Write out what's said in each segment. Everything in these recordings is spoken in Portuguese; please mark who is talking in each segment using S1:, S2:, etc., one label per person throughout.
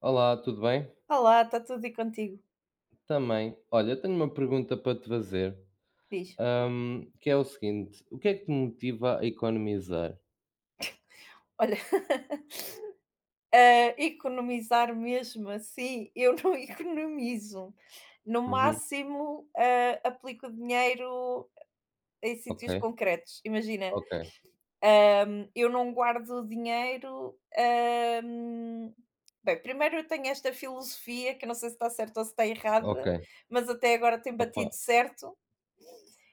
S1: Olá, tudo bem?
S2: Olá, está tudo e contigo?
S1: Também. Olha, eu tenho uma pergunta para te fazer,
S2: Diz.
S1: que é o seguinte: o que é que te motiva a economizar?
S2: Olha, economizar mesmo assim, eu não economizo. No
S1: Uhum,
S2: máximo, aplico dinheiro em
S1: ok,
S2: sítios concretos. Imagina,
S1: ok,
S2: eu não guardo dinheiro. hum, Bem, primeiro eu tenho esta filosofia, que eu não sei se está certa ou se está
S1: ok,
S2: errada, mas até agora tem
S1: opa,
S2: batido certo.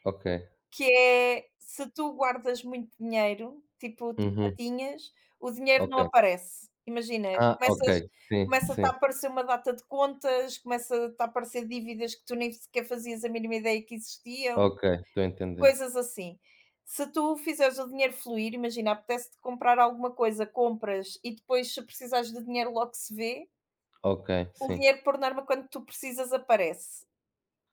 S1: ok,
S2: Que é, se tu guardas muito dinheiro, tipo, tu
S1: uhum,
S2: patinhas, o dinheiro não
S1: ok.
S2: aparece. Imagina,
S1: Ah, ok,
S2: começas
S1: sim,
S2: começa-te a
S1: sim,
S2: aparecer uma data de contas, começa-te a aparecer dívidas que tu nem sequer fazias a mínima ideia que existiam,
S1: ok, estou a entender.
S2: coisas assim. Se tu fizeres o dinheiro fluir, imagina, apetece-te comprar alguma coisa, compras e depois se precisares de dinheiro logo se vê,
S1: Ok,
S2: o
S1: sim,
S2: dinheiro por norma quando tu precisas aparece.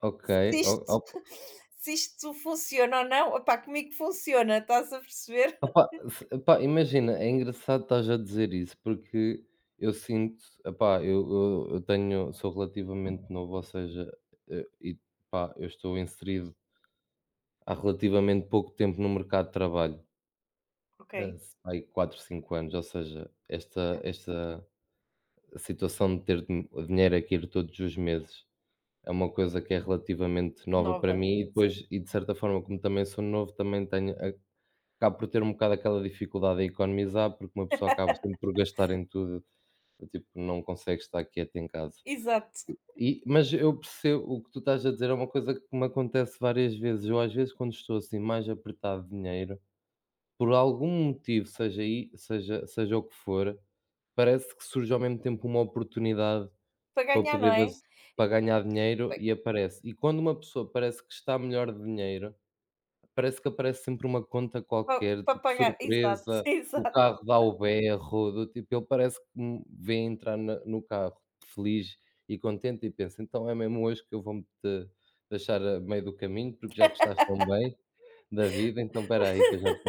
S1: ok.
S2: Se
S1: o-
S2: isto,
S1: op-
S2: se isto funciona ou não. Opá, comigo funciona, estás a perceber?
S1: opá, se- Opá, imagina, é engraçado estás a dizer isso, porque eu sinto, opá, eu tenho, sou relativamente novo, ou seja, e pá, eu estou inserido há relativamente pouco tempo no mercado de trabalho,
S2: Ok,
S1: eh, aí 4, 5 anos, ou seja, esta situação de ter din o dinheiro a cair todos os meses é uma coisa que é relativamente nova para
S2: nova,
S1: mim e
S2: sim,
S1: depois e de certa forma, como também sou novo, também tenho a acabo por ter um bocado aquela dificuldade a economizar, porque uma pessoa acaba sempre por gastar em tudo, tipo, não consegue estar quieta em casa.
S2: exato.
S1: Mas eu percebo o que tu estás a dizer, é uma coisa que me acontece várias vezes. Eu às vezes quando estou assim mais apertado de dinheiro, por algum motivo, seja o que for, parece que surge ao mesmo tempo uma oportunidade
S2: Para
S1: para
S2: ganhar, não
S1: poder
S2: é?
S1: bas para ganhar dinheiro
S2: Pa-
S1: e aparece. E quando uma pessoa parece que está melhor de dinheiro, parece que aparece sempre uma conta qualquer,
S2: Para
S1: tipo
S2: pagar, exato,
S1: surpresa, o
S2: exato.
S1: carro dá o berro, do tipo, ele parece que me vê entrar na no carro feliz e contente e pensa: "Então é mesmo hoje que eu vou-me te deixar a meio do caminho, porque já que estás tão bem da vida, então espera aí que eu já te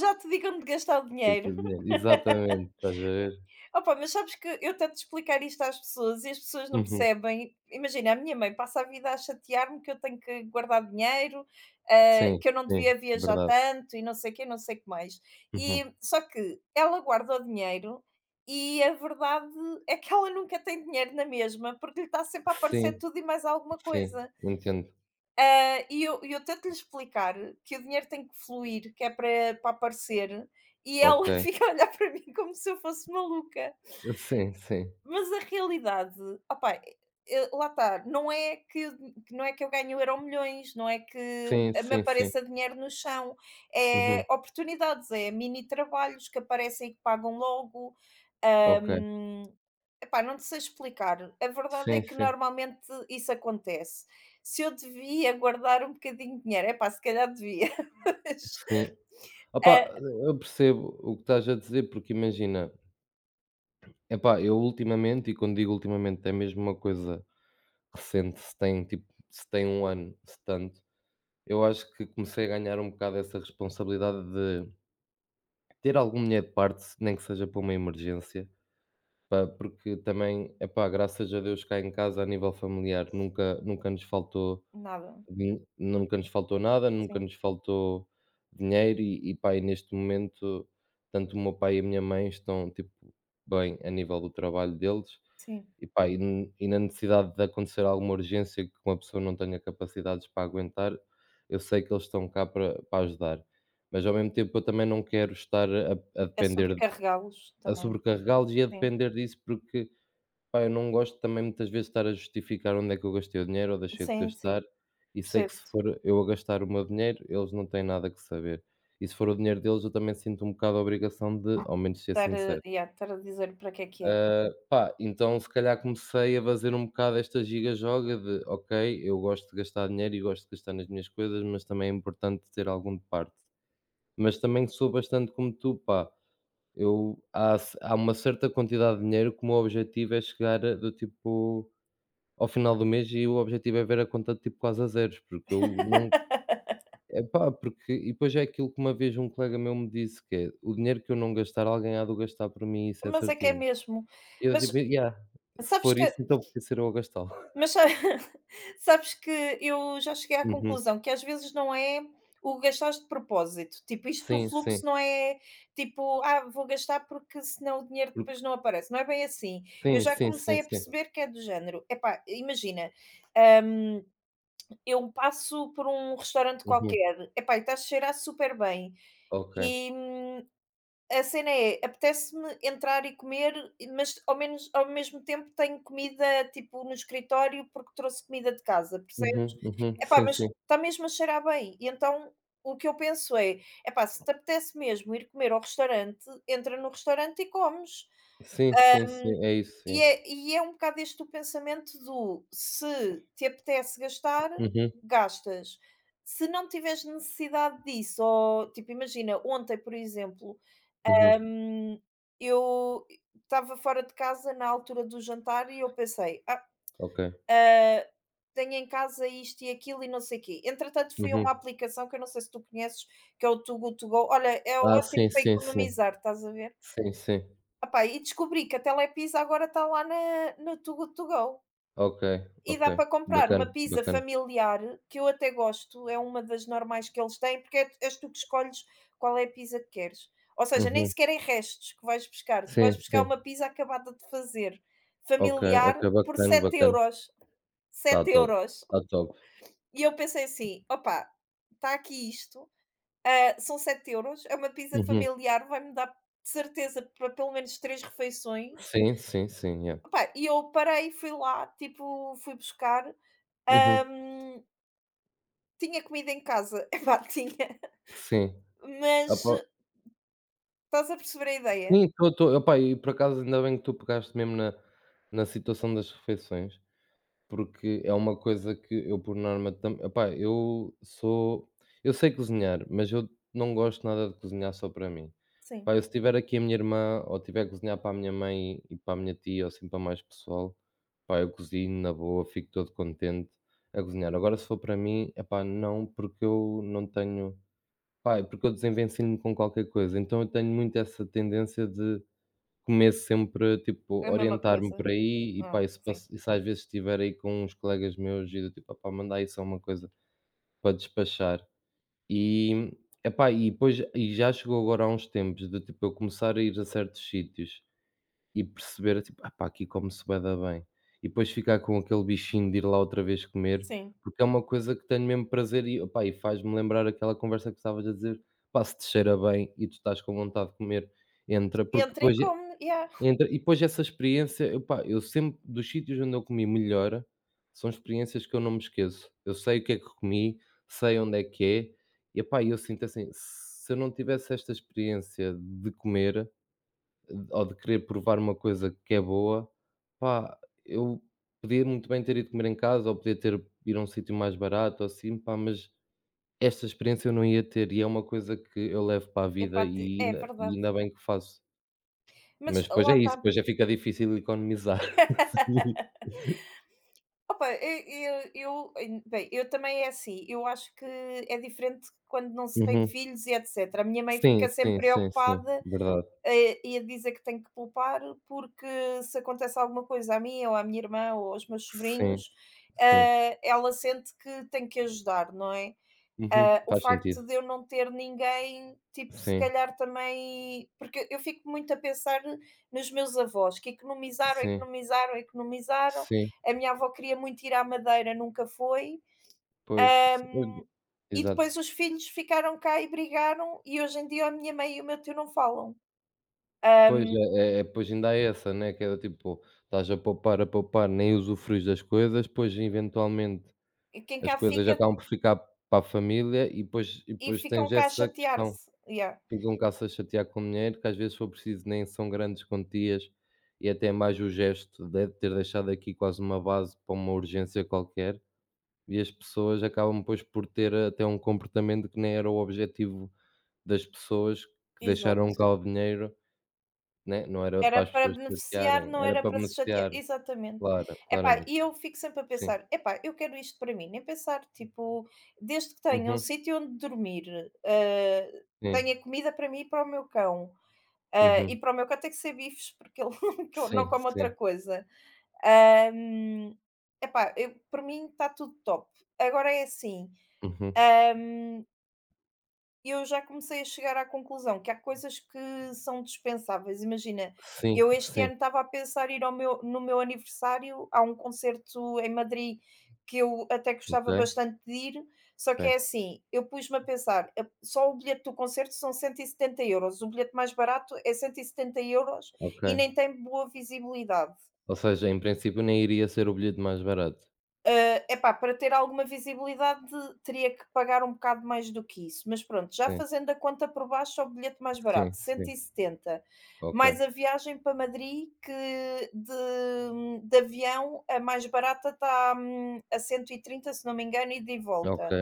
S2: Já te digam de gastar o
S1: Fica o
S2: dinheiro.
S1: dinheiro, exatamente, estás a ver?"
S2: Opa, mas sabes que eu tento explicar isto às pessoas e as pessoas não
S1: Uhum.
S2: percebem. Imagina, a minha mãe passa a vida a chatear-me que eu tenho que guardar dinheiro,
S1: Sim,
S2: que eu não devia
S1: sim,
S2: viajar
S1: verdade.
S2: tanto e não sei o quê, não sei o que mais.
S1: Uhum.
S2: E, só que ela guarda o dinheiro e a verdade é que ela nunca tem dinheiro na mesma, porque lhe está sempre a aparecer
S1: Sim,
S2: tudo e mais alguma
S1: sim,
S2: coisa.
S1: entendo.
S2: Ah, e eu tento lhe explicar que o dinheiro tem que fluir, que é para aparecer, e ela
S1: Ok.
S2: fica a olhar para mim como se eu fosse maluca.
S1: Sim, sim.
S2: Mas a realidade, opá, lá está, não é que eu ganho o milhões, não é que
S1: Sim,
S2: me
S1: sim, sim.
S2: apareça dinheiro no chão,
S1: Uhum.
S2: é oportunidades, é mini trabalhos que aparecem e que pagam logo.
S1: Ok.
S2: Hum, epá, não te sei explicar. A verdade é
S1: Sim,
S2: que
S1: sim,
S2: normalmente isso acontece. Se eu devia guardar um bocadinho de dinheiro, epá, se calhar devia. Mas,
S1: sim.
S2: eh,
S1: Opa, eu percebo o que estás a dizer, porque imagina, epá, eu ultimamente, e quando digo ultimamente, é mesmo uma coisa recente, se tem tipo, se tem um ano, se tanto, eu acho que comecei a ganhar um bocado essa responsabilidade de ter algum dinheiro de parte, nem que seja para uma emergência. Pá, porque também, epá, graças a Deus cá em casa a nível familiar nunca nos faltou
S2: Nada.
S1: din nunca nos faltou nada, nunca
S2: Sim,
S1: nos faltou dinheiro, e pá, e neste momento tanto o meu pai e a minha mãe estão, tipo, bem a nível do trabalho deles
S2: sim.
S1: e pá, e na necessidade de acontecer alguma urgência que uma pessoa não tenha capacidades para aguentar, eu sei que eles estão cá para ajudar. Mas ao mesmo tempo eu também não quero estar a
S2: É
S1: depender,
S2: sobrecarregá-los
S1: a
S2: também.
S1: sobrecarregá-los e a
S2: Sim,
S1: depender disso, porque pá, eu não gosto também muitas vezes de estar a justificar onde é que eu gastei o dinheiro ou deixei de
S2: sim,
S1: gastar,
S2: sim.
S1: e sei que se
S2: Percebo-te.
S1: for eu a gastar o meu dinheiro, eles não têm nada que saber. E se for o dinheiro deles, eu também sinto um bocado a obrigação de, ao menos, ser
S2: Estar a
S1: sincero.
S2: yeah, estar a dizer para que é que é.
S1: Ah, pá, então se calhar comecei a fazer um bocado esta giga-joga de: "Ok, eu gosto de gastar dinheiro e gosto de gastar nas minhas coisas, mas também é importante ter algum de parte". Mas também sou bastante como tu, pá, eu há uma certa quantidade de dinheiro que o meu objetivo é chegar a do tipo ao final do mês e o objetivo é ver a conta tipo quase a zeros, porque eu não é epá, porque e depois é aquilo que uma vez um colega meu me disse que é: "O dinheiro que eu não gastar, alguém há de o gastar por mim, isso é
S2: Mas é que é
S1: certinho".
S2: mesmo.
S1: E eu
S2: Mas
S1: tipo: "Yeah, se
S2: sabes
S1: for
S2: que
S1: isso, então preciso ser eu a gastá-lo".
S2: Mas sa sabes que eu já cheguei à
S1: Uhum.
S2: conclusão que às vezes não é o gastar de propósito, tipo, isto do
S1: Sim, sim.
S2: fluxo não é tipo: "Ah, vou gastar porque senão o dinheiro
S1: Porque
S2: depois não aparece", não é bem assim. Eu
S1: sim,
S2: já
S1: sim, sim,
S2: comecei a
S1: sim.
S2: perceber que é do género, epá, imagina, hum, eu passo por um restaurante
S1: Uhum.
S2: qualquer, epá, e está a cheirar super bem,
S1: Ok.
S2: a cena é, apetece-me entrar e comer, mas ao mesmo tempo tenho comida, tipo, no escritório, porque trouxe comida de casa, percebes?
S1: Uhum, uhum.
S2: Epá,
S1: Sim,
S2: mas
S1: sim.
S2: está mesmo a cheirar bem. E então o que eu penso é: "Epá, se te apetece mesmo ir comer ao restaurante, entra no restaurante e comes".
S1: Sim, sim, sim. É isso, sim.
S2: E é um bocado este o pensamento do: se te apetece gastar,
S1: Uhum,
S2: gastas. Se não tiveres necessidade disso, ou tipo, imagina, ontem, por exemplo,
S1: uhum.
S2: Hum, eu estava fora de casa na altura do jantar e eu pensei: "Ah,
S1: Ok.
S2: ah, tenho em casa isto e aquilo e não sei o quê". Entretanto, fui a uma
S1: Uhum.
S2: aplicação que eu não sei se tu conheces, que é o Too Good To Go. Olha, é
S1: Ah,
S2: ótimo
S1: sim,
S2: para
S1: sim, sim.
S2: economizar, estás a ver?
S1: Sim, sim.
S2: Opá, e descobri que a Telepizza agora está lá na no Too Good To Go.
S1: Ok,
S2: E
S1: ok.
S2: dá para comprar uma
S1: Bacana,
S2: pizza
S1: bacana.
S2: familiar, que eu até gosto, é uma das normais que eles têm, porque é és tu que escolhes qual é a pizza que queres. Ou seja, nem
S1: Uhum.
S2: sequer é restos que vais buscar, tu vais
S1: Sim,
S2: buscar
S1: sim.
S2: uma pizza acabada de fazer,
S1: Ok, ok,
S2: familiar, por
S1: bacana,
S2: sete
S1: bacana.
S2: euros
S1: Tá
S2: sete
S1: top,
S2: euros
S1: tá top.
S2: E eu pensei assim: "Opa, está aqui isto, ah, são 7 euros, é uma pizza
S1: Uhum.
S2: familiar, vai-me dar de certeza para pelo menos 3 refeições".
S1: Sim, sim, sim, yeah.
S2: Opa, e eu parei, fui lá, tipo, fui buscar,
S1: Uhum.
S2: hã Tinha comida em casa. Epá, tinha,
S1: Sim.
S2: mas
S1: Opa,
S2: estás a perceber a ideia?
S1: sim, estou, opa, e por acaso ainda bem que tu pegaste mesmo na situação das refeições, porque é uma coisa que eu por norma também, eu sou eu sei cozinhar, mas eu não gosto nada de cozinhar só para mim.
S2: Sim,
S1: Pá, eu se tiver aqui a minha irmã ou tiver a cozinhar para a minha mãe e para a minha tia ou assim para mais pessoal, pá, eu cozinho na boa, fico todo contente a cozinhar. Agora se for para mim, é epá, não, porque eu não tenho pá, é porque eu desenvencino-me com qualquer coisa, então eu tenho muito essa tendência de começo sempre, tipo,
S2: é a mesma
S1: orientar-me
S2: coisa.
S1: por aí e
S2: Ah,
S1: pá,
S2: sim,
S1: e se às vezes estiver aí com uns colegas meus e do tipo: "Opá, mandar isso é uma coisa para despachar". E, epá, e depois e já chegou agora há uns tempos de, tipo, eu começar a ir a certos sítios e perceber, tipo: "Ah pá, aqui come-se bué da bem". E depois ficar com aquele bichinho de ir lá outra vez comer,
S2: sim.
S1: porque é uma coisa que tenho mesmo prazer e, opá, e faz-me lembrar aquela conversa que estavas a dizer: "Pá, se te cheira bem e tu estás com vontade de comer, entra". Porque
S2: Entra e
S1: depois
S2: come, yeah.
S1: entra e depois essa experiência, epá, eu sempre dos sítios onde eu comi melhor, são experiências que eu não me esqueço. Eu sei o que é que comi, sei onde é que é, e epá, eu sinto assim, se eu não tivesse esta experiência de comer, ou de querer provar uma coisa que é boa, pá, eu podia muito bem ter ido comer em casa, ou podia ter ido a um sítio mais barato ou assim, pá, mas esta experiência eu não ia ter, e é uma coisa que eu levo para a
S2: Epá,
S1: vida
S2: te
S1: e
S2: é verdade.
S1: ainda bem que faço.
S2: Mas
S1: Mas depois
S2: lá
S1: é
S2: está.
S1: isso, depois já fica difícil economizar. Sim.
S2: Opa, bem, eu também é assim, eu acho que é diferente quando não se tem
S1: Uhum.
S2: filhos e etcétera. A minha mãe
S1: Sim,
S2: fica sempre
S1: sim, sim, sim,
S2: preocupada
S1: verdade.
S2: e a dizer que tenho que poupar, porque se acontece alguma coisa a mim ou à minha irmã ou aos meus
S1: Sim,
S2: sobrinhos,
S1: sim.
S2: ela sente que tem que ajudar, não é?
S1: Uhum,
S2: Ah, o
S1: faz
S2: facto
S1: sentido.
S2: de eu não ter ninguém, tipo, se
S1: Sim,
S2: calhar também. Porque eu fico muito a pensar nos meus avós, que economizaram,
S1: sim,
S2: economizaram, economizaram.
S1: sim,
S2: A minha avó queria muito ir à Madeira, nunca foi.
S1: pois, s
S2: Ahm, e depois
S1: exato.
S2: os filhos ficaram cá e brigaram, e hoje em dia a minha mãe e o meu tio não falam.
S1: Pois, pois ainda há essa, né, que é do tipo, estás a poupar, nem usufruis das coisas, depois eventualmente
S2: E quem
S1: as
S2: cá
S1: coisas
S2: fica
S1: acabam por ficar para a família e
S2: e
S1: depois
S2: ficam
S1: tens
S2: cá a
S1: essa questão.
S2: chatear-se. Yeah,
S1: Ficam cá-se a chatear com dinheiro, que às vezes se for preciso nem são grandes quantias, e é até mais o gesto de ter deixado aqui quase uma base para uma urgência qualquer, e as pessoas acabam depois por ter até um comportamento que nem era o objetivo das pessoas que
S2: exato.
S1: deixaram cá o dinheiro, né, não era
S2: Era
S1: para as
S2: para
S1: pessoas se
S2: beneficiar,
S1: chatearem,
S2: não
S1: era
S2: era
S1: para
S2: para se chatear.
S1: beneficiar,
S2: Exatamente.
S1: claro,
S2: Epá,
S1: claramente.
S2: e eu fico sempre a
S1: Sim.
S2: pensar: "Epá, eu quero isto para mim", nem pensar, tipo, desde que tenha um
S1: Uhum.
S2: sítio onde dormir,
S1: Sim.
S2: tenha comida para mim e para o meu cão, e
S1: Uhum.
S2: para o meu cão tem que ser bifes, porque ele que eu não
S1: Sim,
S2: come outra
S1: sim.
S2: coisa. Hã, epá, eu para mim está tudo top. Agora é assim.
S1: Uhum.
S2: E eu já comecei a chegar à conclusão que há coisas que são dispensáveis. Imagina,
S1: Sim,
S2: eu este
S1: sim.
S2: ano estava a pensar ir ao meu no meu aniversário a um concerto em Madrid que eu até
S1: Ok,
S2: gostava bastante de ir, só que é
S1: ok,
S2: assim, eu pus-me a pensar, só o bilhete do concerto são 170 euros, o bilhete mais barato é 170 euros
S1: ok.
S2: e nem tem boa visibilidade.
S1: Ou seja, em princípio nem iria ser o bilhete mais barato.
S2: É epá, para ter alguma visibilidade teria que pagar um bocado mais do que isso, mas pronto, já
S1: Sim,
S2: fazendo a conta por baixo é o bilhete mais barato,
S1: sim,
S2: cento
S1: sim.
S2: e setenta
S1: Ok,
S2: mais a viagem para Madrid que de avião a mais barata está a 130 se não me engano, e de
S1: ok,
S2: volta.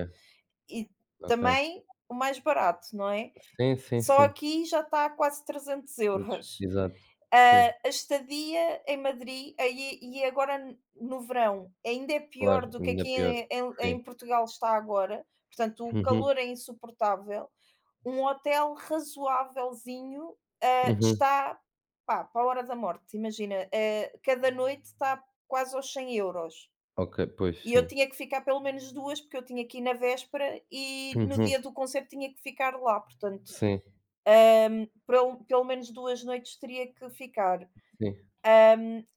S2: E
S1: ok.
S2: também o mais barato, não é?
S1: Sim, sim,
S2: Só
S1: sim.
S2: aqui já está a quase trezentos
S1: Ex
S2: euros.
S1: Exato. Sim,
S2: Ah, a estadia em Madrid aí e agora no verão ainda é pior
S1: claro,
S2: do que
S1: ainda
S2: aqui
S1: pior. Sim.
S2: em Portugal está agora, portanto o
S1: Uhum,
S2: calor é insuportável. Um hotel razoávelzinho, ah,
S1: uhum.
S2: está, pá, para a hora da morte, imagina, ah, cada noite está quase aos 100 euros.
S1: Ok, pois,
S2: E eu
S1: sim.
S2: tinha que ficar pelo menos 2 porque eu tinha que ir na véspera e no
S1: Uhum.
S2: dia do concerto tinha que ficar lá, portanto,
S1: Sim,
S2: pelo menos 2 noites teria que ficar.
S1: sim.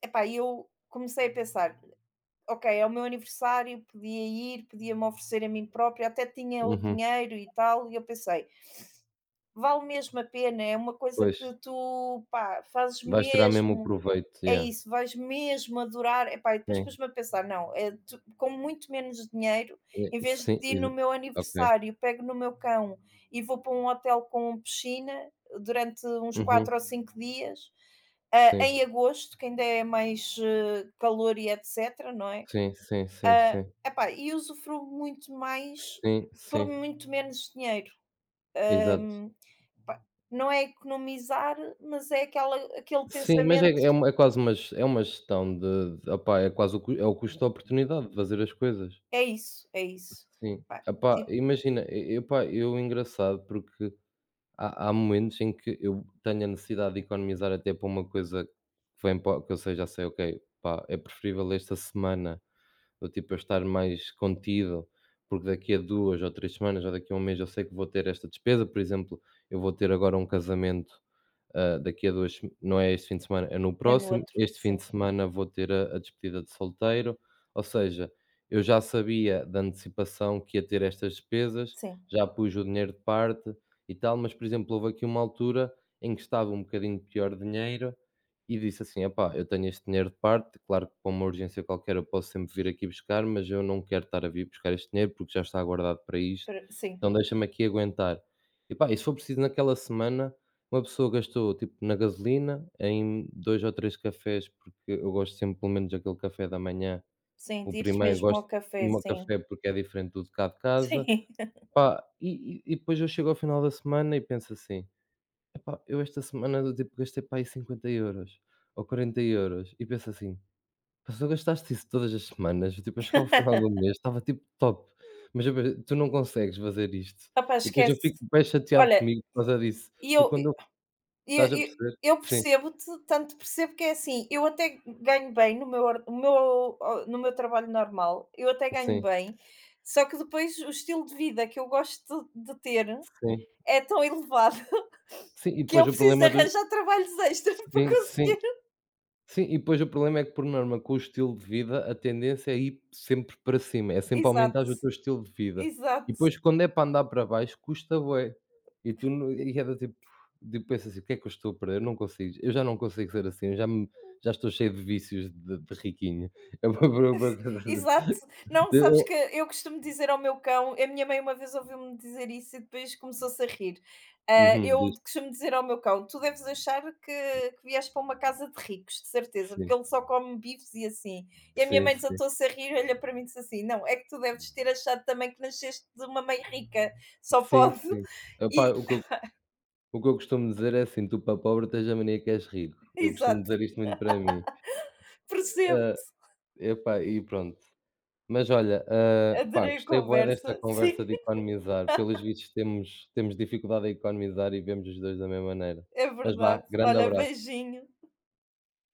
S2: Epá, e eu comecei a pensar: ok, é o meu aniversário, podia ir, podia-me oferecer a mim própria, até tinha o
S1: Uhum.
S2: dinheiro e tal. E eu pensei: vale mesmo a pena, é uma coisa
S1: Pois,
S2: que tu pá, fazes
S1: vais tirar mesmo o
S2: mesmo
S1: proveito,
S2: é
S1: yeah.
S2: isso, vais mesmo adorar. Epá, e depois
S1: Sim,
S2: pus-me a pensar: não, é, com muito menos dinheiro,
S1: e
S2: em vez
S1: sim,
S2: de ir no
S1: exa
S2: meu
S1: ok.
S2: aniversário, pego no meu cão e vou para um hotel com piscina durante uns
S1: Uhum.
S2: 4 ou 5 dias, ah,
S1: Sim,
S2: em agosto, que ainda é mais calor e etc., não é?
S1: sim, sim, sim,
S2: Ah,
S1: sim.
S2: epá, e usufruo muito mais
S1: Sim,
S2: por
S1: sim,
S2: muito menos dinheiro.
S1: exato.
S2: Ahm, pá, não é economizar, mas é aquela, aquele
S1: Sim, mas é
S2: pensamento.
S1: uma, é quase uma ge é uma gestão de opá, é quase o cu é o custo da oportunidade de fazer as coisas.
S2: É isso, é isso.
S1: Sim.
S2: Pá,
S1: Opá,
S2: tipo,
S1: imagina, e epá, eu engraçado porque há momentos em que eu tenho a necessidade de economizar até para uma coisa que vem para que eu sei já sei: "Ok, pá, é preferível esta semana do tipo, eu estar mais contido, porque daqui a 2 ou 3 semanas ou daqui a um mês eu sei que vou ter esta despesa", por exemplo, eu vou ter agora um casamento, daqui a 2, se não é este fim de semana, é no
S2: É. É no
S1: próximo.
S2: outro,
S1: Este fim
S2: sim,
S1: de semana vou ter a despedida de solteiro, ou seja, eu já sabia da antecipação que ia ter estas despesas,
S2: sim,
S1: já pus o dinheiro de parte e tal, mas, por exemplo, houve aqui uma altura em que estava um bocadinho pior de dinheiro e disse assim: "Epá, eu tenho este dinheiro de parte, claro que para uma urgência qualquer eu posso sempre vir aqui buscar, mas eu não quero estar a vir buscar este dinheiro porque já está guardado para isto,
S2: pra sim,
S1: então deixa-me aqui aguentar". Epá, e se for preciso naquela semana, uma pessoa gastou, tipo, na gasolina, em 2 ou 3 cafés, porque eu gosto sempre pelo menos daquele café da manhã,
S2: sim,
S1: o
S2: de ires
S1: primeiro
S2: mesmo ao
S1: gosto
S2: café,
S1: do meu
S2: sim,
S1: café porque é diferente do de cá de casa.
S2: sim.
S1: Pá, e depois eu chego ao final da semana e penso assim: "Epá, eu esta semana do tipo gastei para aí 50 euros ou 40 euros", e penso assim: "Pá, se tu gastaste isso todas as semanas, tipo, eu chegava ao final do mês, estava tipo top, mas eu ve tu não consegues fazer isto".
S2: Opá,
S1: E depois eu
S2: esquece.
S1: fico bem chateado
S2: Olha,
S1: comigo por causa disso,
S2: e
S1: porque
S2: eu
S1: quando eu estás a perceber?
S2: eu
S1: Sim.
S2: percebo-te, tanto percebo que é assim, eu até ganho bem no meu or no meu o no meu trabalho normal, eu até ganho
S1: Sim,
S2: bem, só que depois o estilo de vida que eu gosto de ter
S1: sim.
S2: é tão elevado
S1: Sim, e
S2: que
S1: depois
S2: eu
S1: o
S2: preciso de
S1: problema do
S2: arranjar trabalhos extra para
S1: sim, sim,
S2: conseguir
S1: sim, e depois o problema é que por norma com o estilo de vida a tendência é ir sempre para cima, é sempre
S2: exato,
S1: aumentar o teu estilo de vida. E
S2: exato.
S1: depois quando é para andar para baixo custa bué. E tu não e é do tipo pensas assim: "O que é que eu estou a perder? Eu não consigo, eu já não consigo ser assim, eu já me já estou cheio de vícios de riquinho". É uma coisa
S2: Exato. Não,
S1: de
S2: sabes
S1: eu
S2: que eu costumo dizer ao meu cão a minha mãe uma vez ouviu-me dizer isso e depois começou-se a rir. Ah,
S1: uhum,
S2: eu
S1: diz.
S2: costumo dizer ao meu cão: "Tu deves achar que vieste para uma casa de ricos, de certeza, porque
S1: Sim,
S2: ele só come bifes e assim". E a minha
S1: sim,
S2: mãe
S1: sim.
S2: desatou-se a rir, olha para mim e disse assim: "Não, é que tu deves ter achado também que nasceste de uma mãe rica, só
S1: Sim,
S2: pode".
S1: sim. Opá,
S2: E
S1: o que eu costumo dizer é assim: "Tu para pobre tens a mania que és rico". Eu costumo
S2: exato,
S1: dizer isto muito para mim.
S2: percebo,
S1: Ah, epá, e pronto. Mas olha, ah, pá,
S2: adorei a
S1: gostei bué desta
S2: conversa.
S1: conversa
S2: Sim,
S1: de economizar. Pelos vistos temos dificuldade a economizar e vemos os 2 da mesma maneira.
S2: é
S1: Mas vá,
S2: verdade.
S1: grande
S2: Olha,
S1: abraço.
S2: beijinho.